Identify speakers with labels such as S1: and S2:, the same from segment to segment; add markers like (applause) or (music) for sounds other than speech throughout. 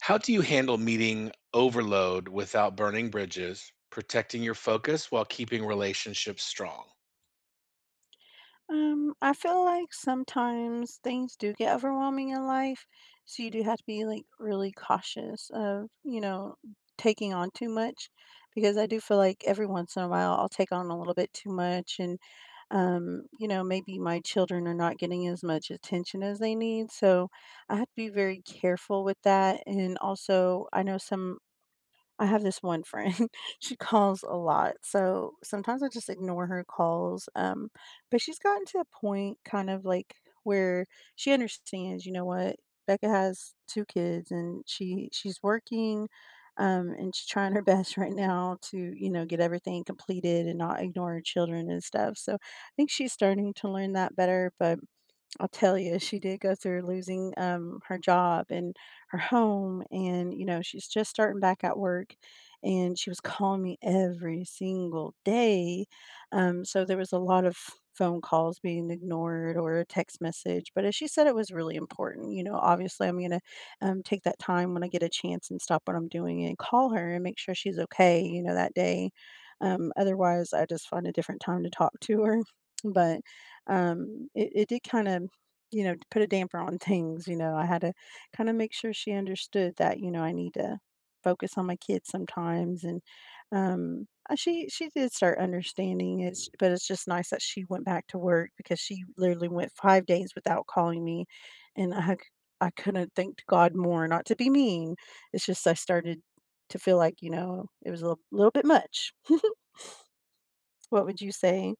S1: How do you handle meeting overload without burning bridges, protecting your focus while keeping relationships strong?
S2: I feel like sometimes things do get overwhelming in life, so you do have to be like really cautious of, you know, taking on too much because I do feel like every once in a while I'll take on a little bit too much and you know, maybe my children are not getting as much attention as they need. So I have to be very careful with that. And also I know some I have this one friend, (laughs) she calls a lot, so sometimes I just ignore her calls, but she's gotten to a point kind of, like, where she understands, you know what, Becca has 2 kids and she's working, and she's trying her (laughs) best right now to, you know, get everything completed and not ignore her children and stuff, so I think she's starting to learn that better, but I'll tell you, she did go through losing her job and her home. And, you know, she's just starting back at work. And she was calling me every single day. So there was a lot of phone calls being ignored or a text message. But as she said, it was really important. You know, obviously, I'm going to take that time when I get a chance and stop what I'm doing and call her and make sure she's okay, you know, that day. Otherwise, I just find a different time to talk to her. (laughs) But it did kind of you know, put a damper on things. You know, I had to kind of make sure she understood that, you know, I need to focus on my kids sometimes and she did start understanding it, but it's just nice that she went back to work because she literally went 5 days without calling me, and I couldn't thank God more. Not to be mean, it's just I started to feel like, you know, it was a little bit much. What would you say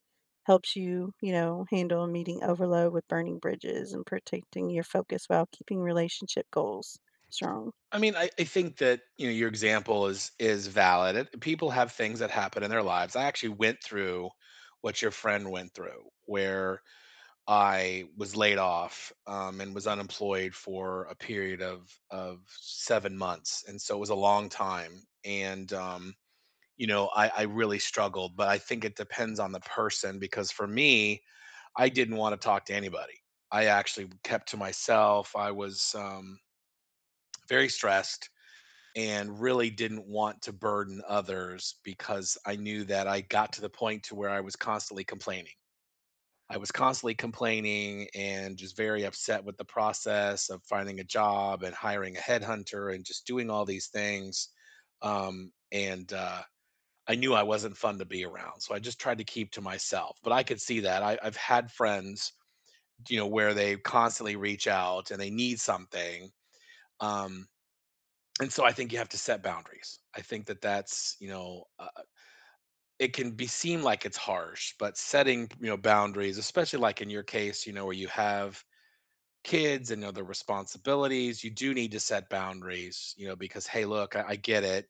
S2: helps you, you know, handle meeting overload with burning bridges and protecting your focus while keeping relationship goals strong?
S1: I mean, I think that you know your example is valid. People have things that happen in their lives. I actually went through what your friend went through, where I was laid off, and was unemployed for a period of 7 months, and so it was a long time. And you know, I really struggled, but I think it depends on the person because for me, I didn't want to talk to anybody. I actually kept to myself. I was very stressed and really didn't want to burden others because I knew that I got to the point to where I was constantly complaining. I was constantly complaining and just very upset with the process of finding a job and hiring a headhunter and just doing all these things. And I knew I wasn't fun to be around. So I just tried to keep to myself. But I could see that. I've had friends, you know, where they constantly reach out and they need something. Um, and so I think you have to set boundaries. I think that that's, you know, it can be seem like it's harsh, but setting, you know, boundaries, especially like in your case, you know, where you have kids and other responsibilities, you do need to set boundaries, you know, because, hey, look, I get it.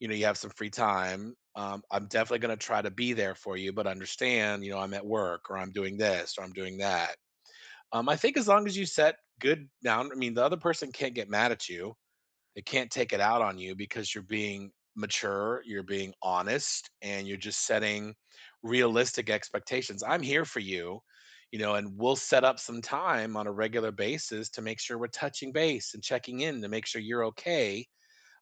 S1: You know, you have some free time. I'm definitely going to try to be there for you, but understand, you know, I'm at work or I'm doing this or I'm doing that. I think as long as you set good down, I mean, the other person can't get mad at you. They can't take it out on you because you're being mature, you're being honest, and you're just setting realistic expectations. I'm here for you, you know, and we'll set up some time on a regular basis to make sure we're touching base and checking in to make sure you're okay,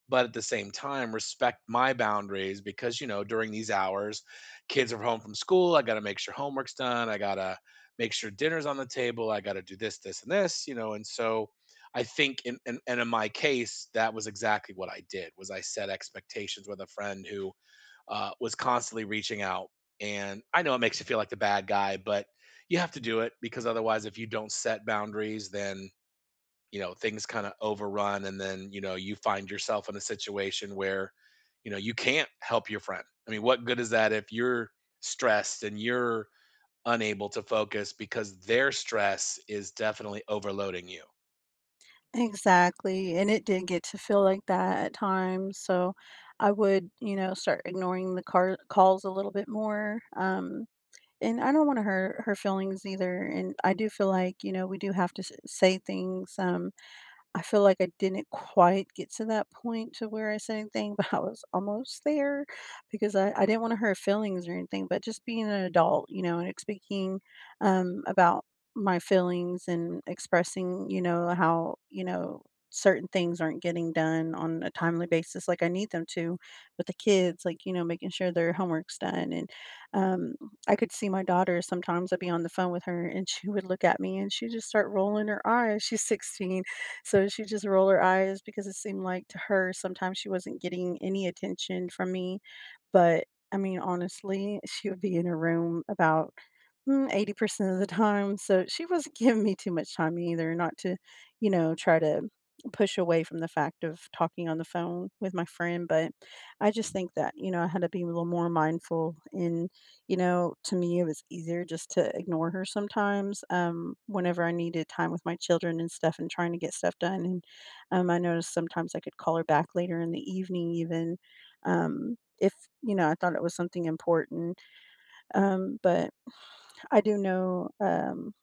S1: but at the same time respect my boundaries because, you know, during these hours kids are home from school. I got to make sure homework's done. I got to make sure dinner's on the table. I got to do this, this, and this, you know. And so I think in my case that was exactly what I did. Was I set expectations with a friend who was constantly reaching out, and I know it makes you feel like the bad guy, but you have to do it because otherwise, if you don't set boundaries, then, you know, things kind of overrun, and then, you know, you find yourself in a situation where, you know, you can't help your friend. I mean, what good is that if you're stressed and you're unable to focus because their stress is definitely overloading you?
S2: Exactly. And it did get to feel like that at times. So I would, you know, start ignoring the calls a little bit more. And I don't want to hurt her feelings either. And I do feel like, you know, we do have to say things. I feel like I didn't quite get to that point to where I said anything, (laughs) but I was almost there because I didn't want to hurt feelings or anything, but just being an adult, you know, and speaking about my feelings and expressing, you know, how, you know, certain things aren't getting done on a timely basis like I need them to with the kids, like, you know, making sure their homework's done. And um, I could see my daughter sometimes, I'd be on the phone with her and she would look at me and she'd just start rolling her eyes. She's 16, so she just roll her eyes because it seemed like to her sometimes she wasn't getting any attention from me. But I mean, honestly, she would be in her room about 80% of the time. So she wasn't (laughs) giving me too much time either, not to, you know, try to push away from the fact of talking on the phone with my friend. But I just think that, you know, I had to be a little more mindful in you know, to me, it was easier just to ignore her sometimes, whenever I needed time with my children and stuff and trying to get stuff done, and, I noticed sometimes I could call her back later in the evening even, if, you know, I thought it was something important, but I do know,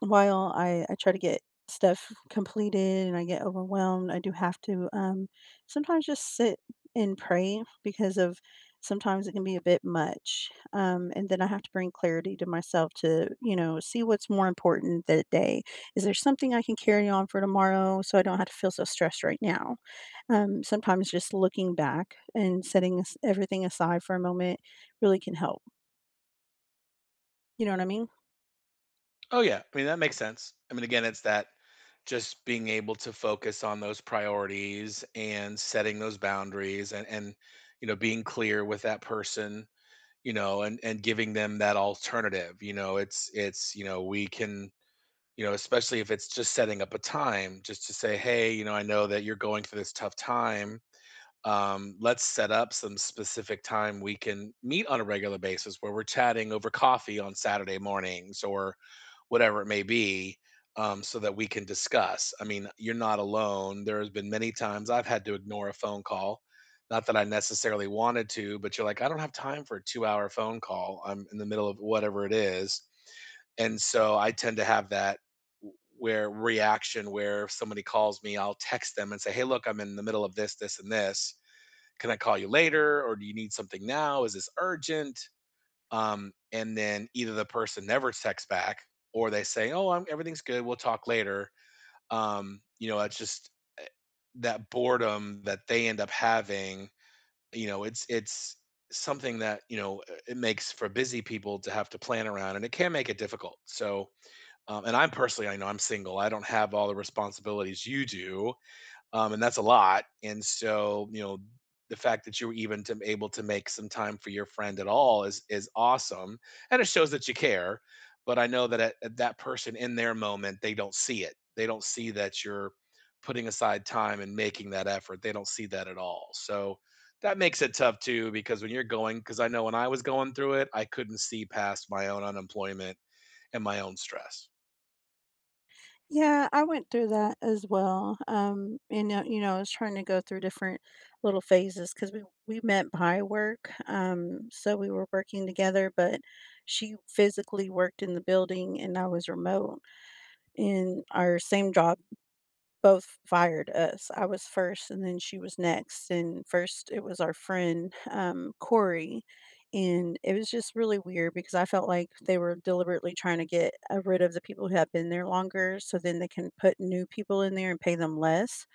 S2: while I try to get stuff completed and I get overwhelmed, I do have to, sometimes just sit and pray because of sometimes it can be a bit much, and then I have to bring clarity to myself to, you know, see what's more important that day. Is there something I can carry on for tomorrow so I don't have to feel so stressed right now? Sometimes just looking back and setting as everything aside for a moment really can help. You know what I mean?
S1: Oh yeah, I mean, that makes sense. I mean, again, it's that just being able to focus on those priorities and setting those boundaries, and you know, being clear with that person, you know, and giving them that alternative. You know, it's you know, we can, you know, especially if it's just setting up a time just to say, hey, you know, I know that you're going through this tough time. Let's set up some specific time we can meet on a regular basis where we're chatting over coffee on Saturday mornings or whatever it may be, so that we can discuss. I mean, you're not alone. There has been many times I've had to ignore a phone call. Not that I necessarily wanted to, but you're like, I don't have time for a 2 hour phone call. I'm in the middle of whatever it is, and so I tend to have that w- where reaction where if somebody calls me, I'll text them and say, "Hey, look, I'm in the middle of this, this, and this. Can I call you later, or do you need something now? Is this urgent?" And then either the person never texts back, or they say, "Oh, everything's good. We'll talk later." You know, it's just eh, that boredom that they end up having. You know, it's something that, you know, it makes for busy people to have to plan around, and it can make it difficult. So and I'm personally, I know I'm single. I don't have all the responsibilities you do, and that's a lot. And so, you know, the fact that you were even able to make some time for your friend at all is awesome, and it shows that you care. But I know that at that person in their moment, they don't see it. They don't see that you're putting aside time and making that effort. They don't see that at all. So that makes it tough too, because when you're going, because I know when I was going through it, I couldn't see past my own unemployment and my own stress.
S2: Yeah, I went through that as well. And you know, I was trying to go through different little phases because we met by work. So we were working together, but she physically worked in the building and I was remote. And our same job both fired us. I was first and then she was next, and first it was our friend, Corey, and it was just really weird because I felt like they were deliberately trying to get, rid of the people who had been there longer so then they can put new people in there and pay them less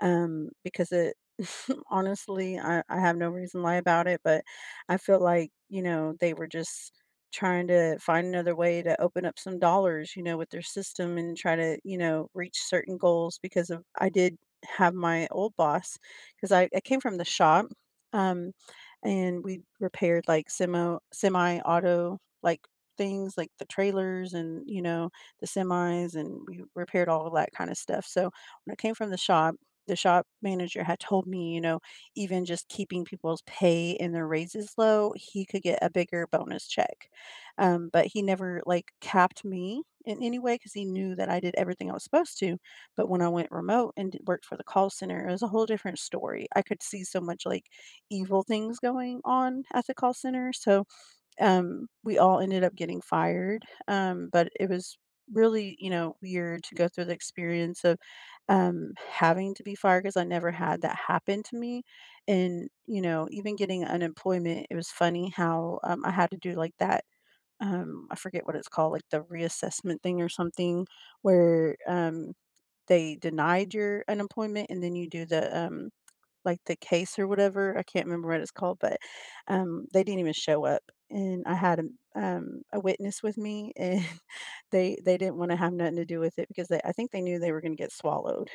S2: because it (laughs) honestly, I have no reason to lie about it, but I feel like, you know, they were just trying to find another way to open up some dollars, you know, with their system and try to, you know, reach certain goals because of I did have my old boss because I came from the shop um and we repaired like semi auto like things like the trailers and you know the semis and we repaired all of that kind of stuff. So when I came from the shop, the shop manager had told me, you know, even just keeping people's pay and their raises low, he could get a bigger bonus check. But he never like capped me in any way because he knew that I did everything I was supposed to. But when I went remote and worked for the call center, it was a whole different story. I could see so much like evil things going on at the call center. So we all ended up getting fired, but it was really, you know, weird to go through the experience of, having to be fired because I never had that happen to me, and, you know, even getting unemployment, it was funny how, I had to do, like, that, I forget what it's called, like, the reassessment thing or something where, they denied your unemployment and then you do the, like, the case or whatever, I can't remember what it's called, but, they didn't even show up, and I had, a witness with me, and (laughs) they didn't wanna have nothing to do with it because they I think they knew they were gonna get swallowed.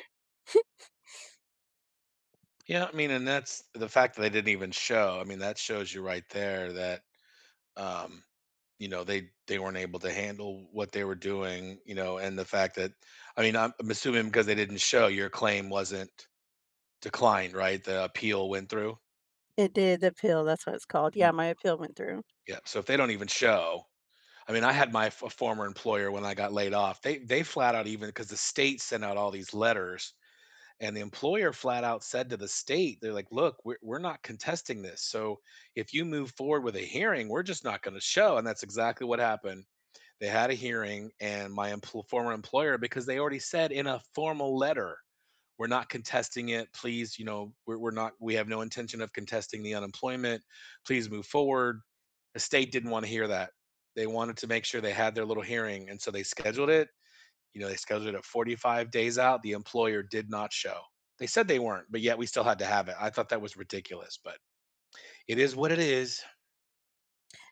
S1: Yeah, I mean, and that's the fact that they didn't even show. I mean, that shows you right there that um, you know, they weren't able to handle what they were doing, you know, and the fact that I mean, I'm assuming because they didn't show, your claim wasn't declined, right? The appeal went through.
S2: It did, the appeal, that's what it's called. Yeah,
S1: Mm.
S2: my appeal went through.
S1: Yeah. So if they don't even show, I mean, I had my former employer when I got laid off. They flat out, even because the state sent out all these letters, and the employer flat out said to the state, they're like, look, we're not contesting this. So if you move forward with a hearing, we're just not going to show. And that's exactly what happened. They had a hearing, and my former employer, because they already said in a formal letter, we're not contesting it. Please, you know, we're not, we have no intention of contesting the unemployment. Please move forward. The state didn't want to hear that. They wanted to make sure they had their little hearing. And so they scheduled it, you know, they scheduled it 45 days out. The employer did not show. They said they weren't, but yet we still had to have it. I thought that was ridiculous, but it is what it is.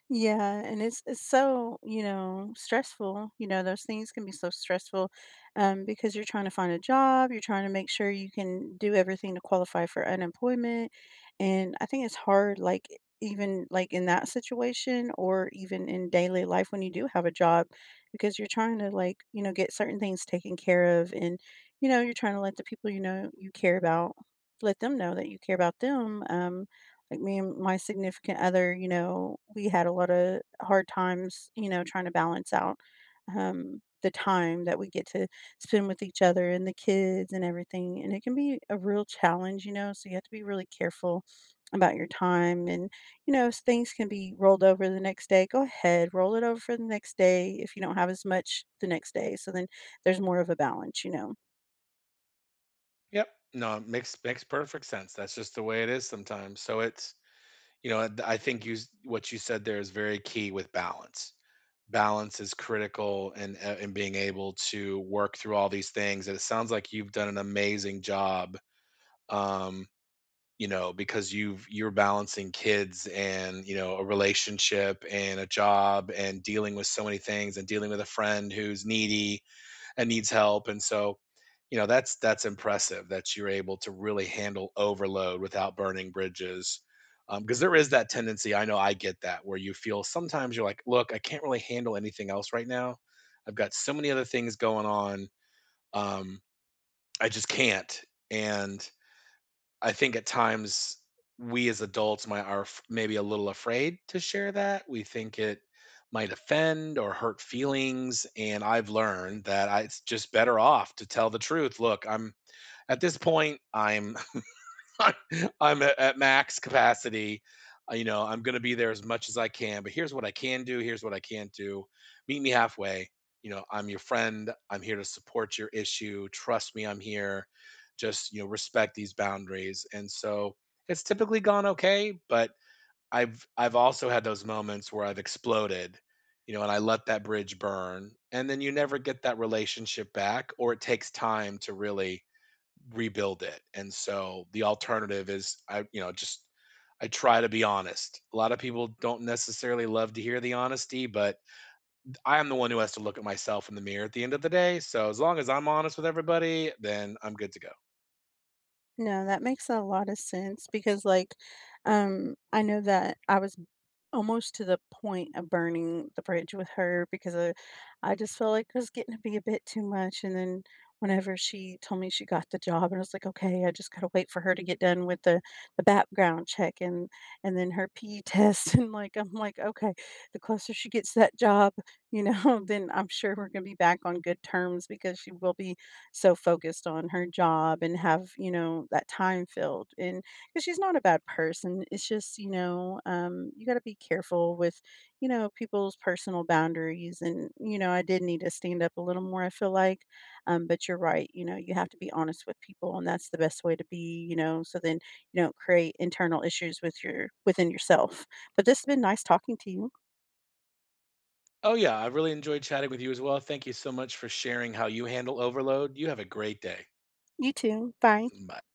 S2: Yeah, and it's so, you know, stressful. You know, those things can be so stressful because you're trying to find a job, you're trying to make sure you can do everything to qualify for unemployment. And I think it's hard, like, even like in that situation or even in daily life when you do have a job, because you're trying to like, you know, get certain things taken care of and, you know, you're trying to let the people you know you care about, let them know that you care about them. Like, me and my significant other, you know, we had a lot of hard times, you know, trying to balance out, the time that we get to spend with each other and the kids and everything, and it can be a real challenge, you know, so you have to be really careful about your time and, you know, s things can be rolled over the next day, go ahead, roll it over for the next day if you don't have as much the next day, so then there's more of a balance, you know?
S1: Yep. No, it makes perfect sense. That's just the way it is sometimes. So it's, you know, I think what you said there is very key with balance. Balance is critical, and being able to work through all these things. And it sounds like you've done an amazing job, um you know, because you're balancing kids and, you know, a relationship and a job and dealing with so many things and dealing with a friend who's needy and needs help. And so, you know, that's impressive that you're able to really handle overload without burning bridges. Because there is that tendency, I know I get that, where you feel sometimes you're like, look, I can't really handle anything else right now. I've got so many other things going on. um, I just can't. And I think at times we as adults might maybe a little afraid to share that. We think it might offend or hurt feelings, and I've learned that it's just better off to tell the truth. Look, I'm at this point, I'm (laughs) I'm at max capacity. You know, I'm going to be there as much as I can, but here's what I can do. Here's what I can't do. Meet me halfway. You know, I'm your friend. I'm here to support your issue. Trust me, I'm here. Just, you know, respect these boundaries. And so it's typically gone okay, but I've also had those moments where I've exploded, you know, and I let that bridge burn. And then you never get that relationship back, or it takes time to really rebuild it. And so the alternative is you know, just I try to be honest. A lot of people don't necessarily love to hear the honesty, but I am the one who has to look at myself in the mirror at the end of the day. So as long as I'm honest with everybody, then I'm good to go.
S2: No, that makes a lot of sense because, like, I know that I was almost to the point of burning the bridge with her because I just felt like it was getting to be a bit too much, and then whenever she told me she got the job, and I was like, "Okay, I just gotta wait for her to get done with the background check and then her PE test," (laughs) and, like, I'm like, "Okay, the closer she gets to that job, you know, (laughs) then I'm sure we're gonna be back on good terms because she will be so focused on her job and have, you know, that time filled," and 'cause she's not a bad person. It's just, you know, you gotta be careful with, you know, people's personal boundaries and, you know, I did need to stand up a little more, I feel like. But you're right, you know, you have to be honest with people and that's the best way to be, you know, so then you don't create internal issues with your within yourself. But this has been nice talking to you.
S1: Oh yeah, I really enjoyed chatting with you as well. Thank you so much for sharing how you handle overload. You have a great day.
S2: You too. Bye.
S1: Bye.